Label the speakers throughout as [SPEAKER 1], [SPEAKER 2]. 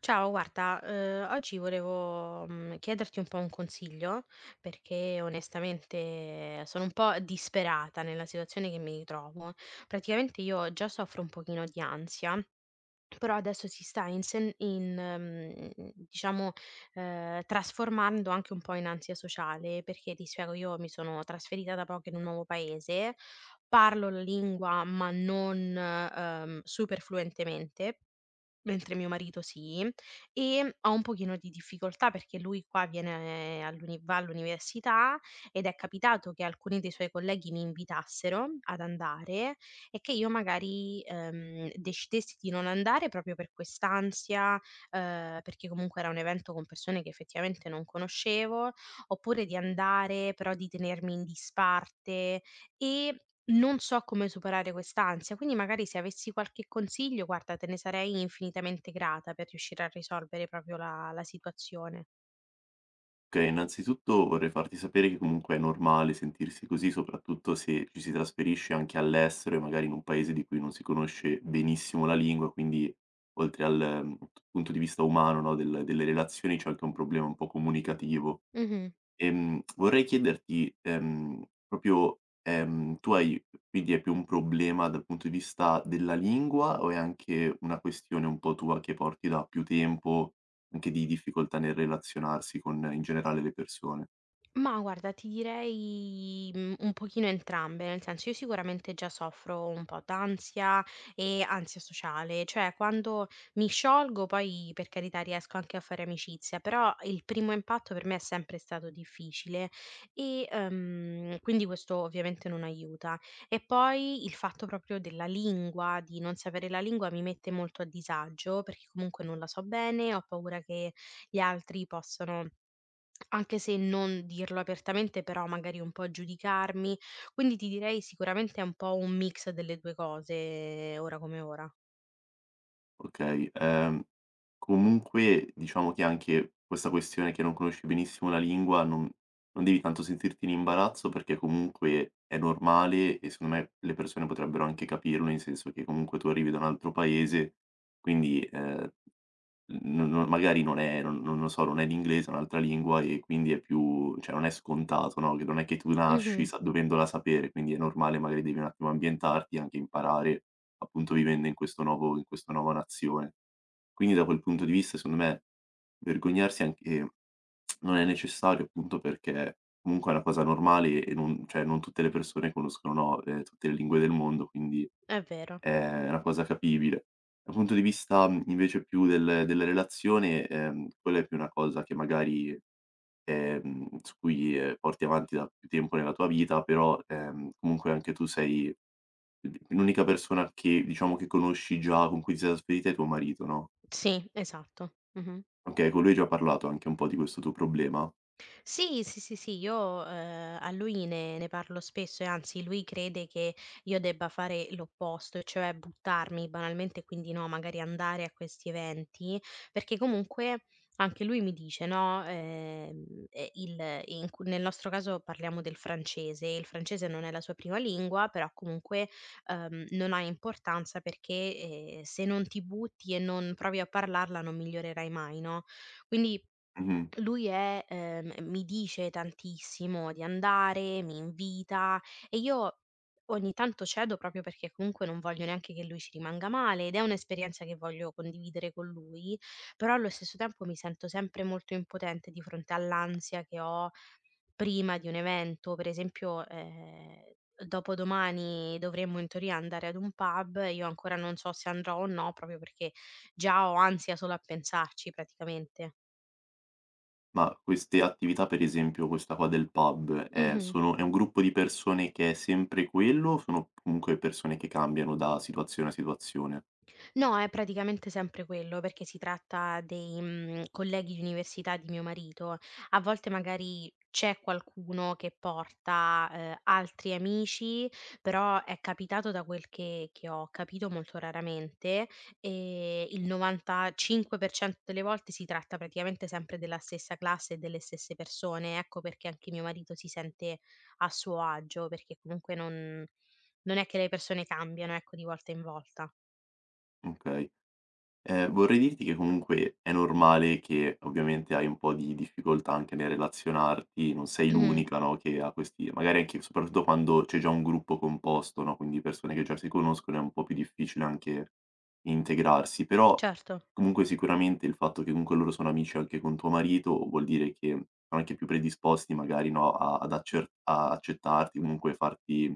[SPEAKER 1] Ciao, guarda, oggi volevo chiederti un po' un consiglio perché onestamente sono un po' disperata nella situazione che mi ritrovo. Praticamente io già soffro un pochino di ansia. Però adesso si sta diciamo, trasformando anche un po' in ansia sociale, perché ti spiego, io mi sono trasferita da poco in un nuovo paese, parlo la lingua ma non super fluentemente, mentre mio marito sì, e ho un pochino di difficoltà perché lui qua viene all'uni va all'università ed è capitato che alcuni dei suoi colleghi mi invitassero ad andare e che io magari, decidessi di non andare proprio per quest'ansia, perché comunque era un evento con persone che effettivamente non conoscevo, oppure di andare però di tenermi in disparte e non so come superare quest'ansia, quindi magari se avessi qualche consiglio, guarda, te ne sarei infinitamente grata per riuscire a risolvere proprio la situazione.
[SPEAKER 2] Okay, innanzitutto vorrei farti sapere che comunque è normale sentirsi così, soprattutto se ci si trasferisce anche all'estero e magari in un paese di cui non si conosce benissimo la lingua, quindi oltre al, punto di vista umano, no, delle relazioni c'è anche un problema un po' comunicativo.
[SPEAKER 1] Mh-mh.
[SPEAKER 2] Vorrei chiederti, tu hai quindi è più un problema dal punto di vista della lingua o è anche una questione un po' tua che porti da più tempo, anche di difficoltà nel relazionarsi con in generale le persone?
[SPEAKER 1] Ma guarda, ti direi, un pochino entrambe, nel senso io sicuramente già soffro un po' d'ansia e ansia sociale, cioè quando mi sciolgo poi per carità riesco anche a fare amicizia, però il primo impatto per me è sempre stato difficile e, quindi questo ovviamente non aiuta. E poi il fatto proprio della lingua, di non sapere la lingua mi mette molto a disagio, perché comunque non la so bene, ho paura che gli altri possano anche se non dirlo apertamente, però magari un po' giudicarmi. Quindi ti direi sicuramente è un po' un mix delle 2 cose, ora come ora.
[SPEAKER 2] Okay, comunque diciamo che anche questa questione che non conosci benissimo la lingua non devi tanto sentirti in imbarazzo perché comunque è normale e secondo me le persone potrebbero anche capirlo, in senso che comunque tu arrivi da un altro paese, quindi, N no magari non lo so, non è l'inglese, è un'altra lingua e quindi è più cioè non è scontato, no, che non è che tu nasci
[SPEAKER 1] Mh-mh,
[SPEAKER 2] sa dovendola sapere, quindi è normale, magari devi un attimo ambientarti e anche imparare, appunto vivendo in questo nuovo in questa nuova nazione. Quindi da quel punto di vista, secondo me, vergognarsi anche non è necessario, appunto perché comunque è una cosa normale e non cioè non tutte le persone conoscono, no, tutte le lingue del mondo, quindi
[SPEAKER 1] è vero.
[SPEAKER 2] è una cosa capibile. Dal punto di vista, invece più della relazione, quella è più una cosa che magari, su cui, porti avanti da più tempo nella tua vita, però, comunque anche tu sei l'unica persona che diciamo che conosci già, con cui ti sei trasferita è tuo marito, no?
[SPEAKER 1] Sì, esatto. Mh-mh.
[SPEAKER 2] Okay, con lui hai già parlato anche un po' di questo tuo problema?
[SPEAKER 1] Sì, sì, sì, sì, io, a lui ne parlo spesso e anzi lui crede che io debba fare l'opposto, cioè buttarmi banalmente, quindi no, magari andare a questi eventi, perché comunque anche lui mi dice, no, il in cu nel nostro caso parliamo del francese, il francese non è la sua prima lingua, però comunque, non ha importanza perché, se non ti butti e non provi a parlarla non migliorerai mai, no, quindi
[SPEAKER 2] Mh-mh.
[SPEAKER 1] lui è mi dice tantissimo di andare, mi invita e io ogni tanto cedo proprio perché comunque non voglio neanche che lui ci rimanga male ed è un'esperienza che voglio condividere con lui, però allo stesso tempo mi sento sempre molto impotente di fronte all'ansia che ho prima di un evento, per esempio, dopodomani dovremmo in teoria andare ad un pub, io ancora non so se andrò o no, proprio perché già ho ansia solo a pensarci praticamente.
[SPEAKER 2] Ma queste attività, per esempio questa qua del pub, è
[SPEAKER 1] Mhm.
[SPEAKER 2] sono è un gruppo di persone che è sempre quello o sono comunque persone che cambiano da situazione a situazione?
[SPEAKER 1] No, è praticamente sempre quello, perché si tratta dei, colleghi di università di mio marito. A volte magari c'è qualcuno che porta, altri amici, però è capitato da quel che ho capito molto raramente, il 95% delle volte si tratta praticamente sempre della stessa classe e delle stesse persone. Ecco perché anche mio marito si sente a suo agio, perché comunque non è che le persone cambiano, ecco, di volta in volta.
[SPEAKER 2] Okay. Vorrei dirti che comunque è normale che ovviamente hai un po' di difficoltà anche nel relazionarti, non sei
[SPEAKER 1] Mh-mh.
[SPEAKER 2] l'unica, no, che ha questi magari anche soprattutto quando c'è già un gruppo composto, no, quindi persone che già si conoscono è un po' più difficile anche integrarsi, però
[SPEAKER 1] Certo.
[SPEAKER 2] comunque sicuramente il fatto che comunque loro sono amici anche con tuo marito vuol dire che sono anche più predisposti magari, no, a ad accer a accettarti, comunque farti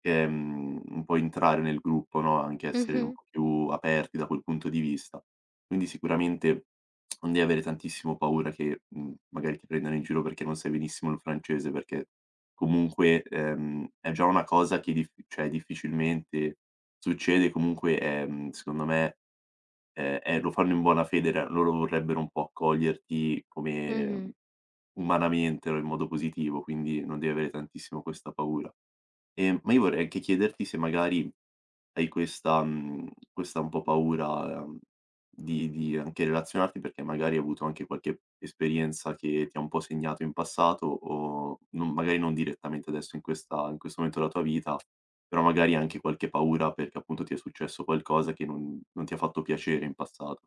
[SPEAKER 2] che, un po' entrare nel gruppo, no, anche essere un
[SPEAKER 1] Mh-mh,
[SPEAKER 2] po' più aperti da quel punto di vista. Quindi sicuramente non devi avere tantissimo paura che, magari ti prendano in giro perché non sai benissimo il francese, perché comunque, è già una cosa che difficilmente succede, comunque è, secondo me, è lo fanno in buona fede, ra loro vorrebbero un po' accoglierti come
[SPEAKER 1] mh-mh.
[SPEAKER 2] umanamente, no, in modo positivo, quindi non devi avere tantissimo questa paura. Ma io vorrei anche chiederti se magari hai questa questa un po' paura, di anche relazionarti, perché magari hai avuto anche qualche esperienza che ti ha un po' segnato in passato o non magari non direttamente adesso in questo momento della tua vita, però magari anche qualche paura perché appunto ti è successo qualcosa che non ti ha fatto piacere in passato.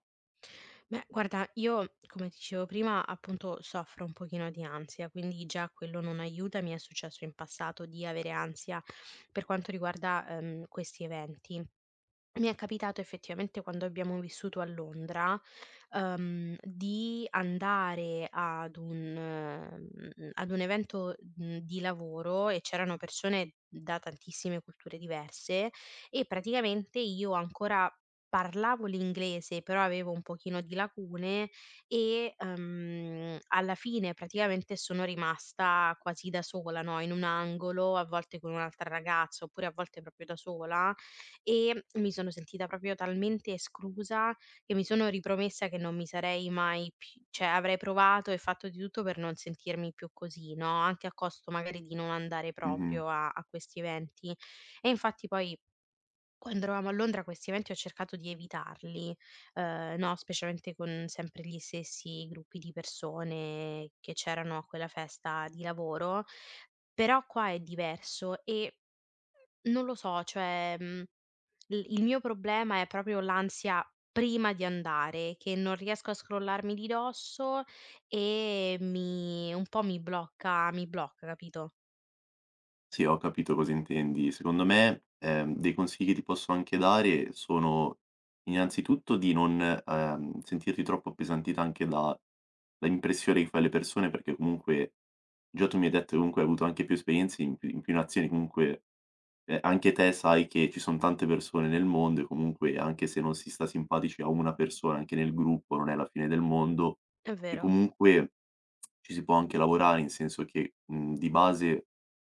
[SPEAKER 1] Beh, guarda, io come ti dicevo prima, appunto, soffro un pochino di ansia, quindi già quello non aiuta. Mi è successo in passato di avere ansia per quanto riguarda, questi eventi. Mi è capitato effettivamente quando abbiamo vissuto a Londra, di andare ad un mhmm, ad un evento, di lavoro e c'erano persone da tantissime culture diverse e praticamente io ancora parlavo l'inglese, però avevo un pochino di lacune e, alla fine praticamente sono rimasta quasi da sola, no, in un angolo, a volte con un'altra ragazza, oppure a volte proprio da sola e mi sono sentita proprio talmente esclusa, che mi sono ripromessa che non mi sarei mai pi cioè avrei provato e fatto di tutto per non sentirmi più così, no, anche a costo magari di non andare
[SPEAKER 2] Mh-mh.
[SPEAKER 1] proprio a questi eventi. E infatti poi quando eravamo a Londra questi eventi ho cercato di evitarli, no, specialmente con sempre gli stessi gruppi di persone che c'erano a quella festa di lavoro, però qua è diverso e non lo so, cioè, mhmm il mio problema è proprio l'ansia prima di andare, che non riesco a scrollarmi di dosso e mi un po' mi blocca, capito?
[SPEAKER 2] Sì, ho capito cosa intendi. Secondo me, dei consigli che ti posso anche dare sono innanzitutto di non, sentirti troppo appesantita anche da dall'impressione che fai alle persone, perché comunque già tu mi hai detto che comunque hai avuto anche più esperienze in più nazioni, comunque, anche te sai che ci son tante persone nel mondo e comunque anche se non si sta simpatici a una persona, anche nel gruppo non è la fine del mondo
[SPEAKER 1] È
[SPEAKER 2] e
[SPEAKER 1] vero.
[SPEAKER 2] comunque ci si può anche lavorare, in senso che, di base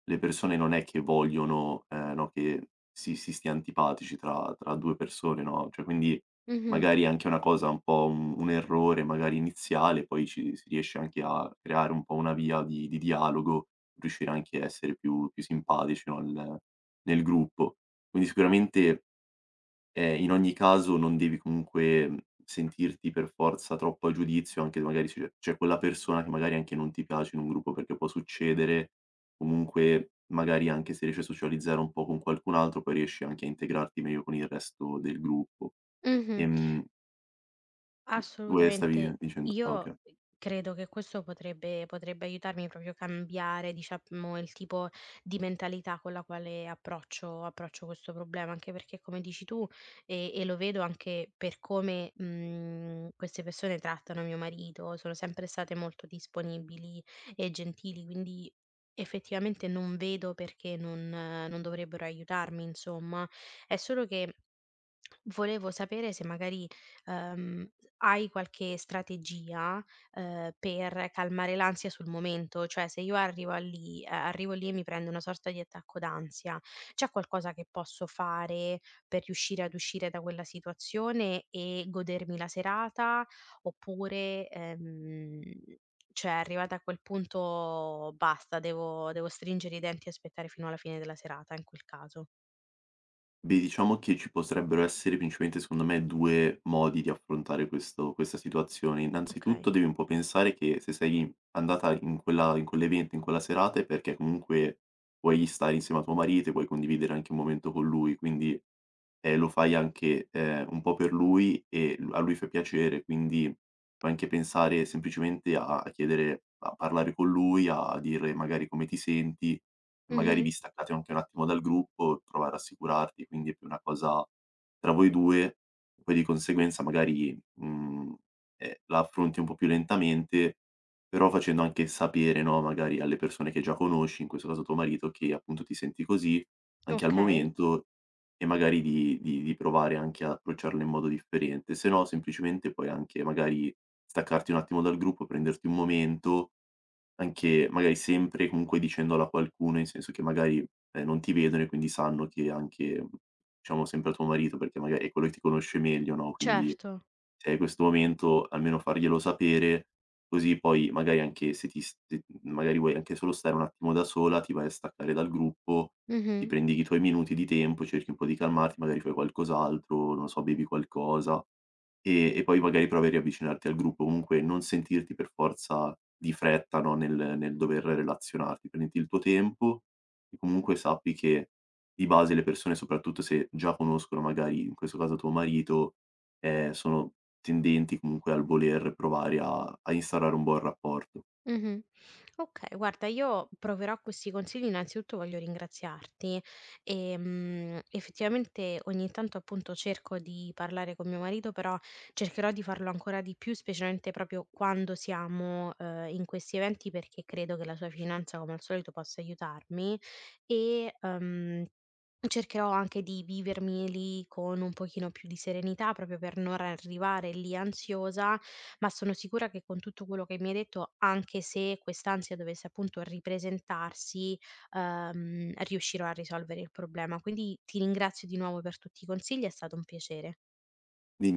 [SPEAKER 2] le persone non è che vogliono, no, che si stia antipatici tra 2 persone, no, cioè quindi
[SPEAKER 1] Mh-mh.
[SPEAKER 2] magari è anche una cosa un po' un errore magari iniziale, poi ci si riesce anche a creare un po' una via di dialogo, riuscire anche a essere più simpatici, no, nel gruppo. Quindi sicuramente in ogni caso non devi comunque, sentirti per forza troppo a giudizio anche magari se magari c'è quella persona che magari anche non ti piace in un gruppo, perché può succedere. Comunque magari anche se riesci a socializzare un po' con qualcun altro, poi riesci anche a integrarti meglio con il resto del gruppo.
[SPEAKER 1] Mh-mh.
[SPEAKER 2] Ehm, v dove stavi
[SPEAKER 1] Assolutamente.
[SPEAKER 2] dicendo? Ah okay.
[SPEAKER 1] Io credo che questo potrebbe aiutarmi proprio a cambiare, diciamo, il tipo di mentalità con la quale approccio questo problema, anche perché come dici tu, e lo vedo anche per come, queste persone trattano mio marito, sono sempre state molto disponibili e gentili, quindi effettivamente non vedo perché non non dovrebbero aiutarmi, insomma. È solo che volevo sapere se magari Ehm, hai qualche strategia, per calmare l'ansia sul momento? Cioè se io arrivo lì e mi prendo una sorta di attacco d'ansia, c'è qualcosa che posso fare per riuscire ad uscire da quella situazione e godermi la serata? Oppure, cioè arrivata a quel punto basta, devo stringere i denti e aspettare fino alla fine della serata in quel caso?
[SPEAKER 2] Beh, diciamo che ci potrebbero essere principalmente secondo me 2 modi di affrontare questo questa situazione. Innanzitutto
[SPEAKER 1] Okay.
[SPEAKER 2] devi un po' pensare che se sei andata in quell'evento, in quella serata è perché comunque vuoi stare insieme a tuo marito e vuoi condividere anche un momento con lui, quindi, lo fai anche, un po' per lui e l a lui fa piacere, quindi puoi anche pensare semplicemente a chiedere a parlare con lui, a dire magari come ti senti. Magari vi
[SPEAKER 1] Mh-mh.
[SPEAKER 2] staccate anche un attimo dal gruppo, prova a rassicurarti, quindi è più una cosa tra voi 2, poi di conseguenza magari, la affronti un po' più lentamente, però facendo anche sapere, no, magari alle persone che già conosci, in questo caso tuo marito, che appunto ti senti così anche al
[SPEAKER 1] Okay,
[SPEAKER 2] momento e magari di provare anche ad approcciarlo in modo differente. Se no semplicemente puoi anche magari staccarti un attimo dal gruppo, prenderti un momento anche magari sempre comunque dicendolo a qualcuno, in senso che magari, non ti vedono e quindi sanno che anche, diciamo sempre a tuo marito, perché magari è quello che ti conosce meglio, no, quindi
[SPEAKER 1] certo.
[SPEAKER 2] se hai questo momento almeno farglielo sapere, così poi magari anche se ti s se magari vuoi anche solo stare un attimo da sola, ti vai a staccare dal gruppo, ti
[SPEAKER 1] Mh-mh.
[SPEAKER 2] prendi i tuoi minuti di tempo, cerchi un po' di calmarti, magari fai qualcos'altro, non so, bevi qualcosa. E poi magari provi a riavvicinarti al gruppo, comunque non sentirti per forza di fretta, no, nel dover relazionarti. Prenditi il tuo tempo e comunque sappi che di base le persone, soprattutto se già conoscono magari in questo caso tuo marito, sono tendenti comunque al voler provare a instaurare un buon rapporto.
[SPEAKER 1] Mh-mh. Okay, guarda io proverò a questi consigli, innanzitutto voglio ringraziarti. Effettivamente ogni tanto appunto cerco di parlare con mio marito, però cercherò di farlo ancora di più, specialmente proprio quando siamo, in questi eventi, perché credo che la sua vicinanza come al solito possa aiutarmi e, cercherò anche di vivermi lì con un pochino più di serenità, proprio per non arrivare lì ansiosa ma sono sicura che con tutto quello che mi hai detto, anche se quest'ansia dovesse appunto ripresentarsi, riuscirò a risolvere il problema. Quindi ti ringrazio di nuovo per tutti i consigli, è stato un piacere.
[SPEAKER 2] Quindi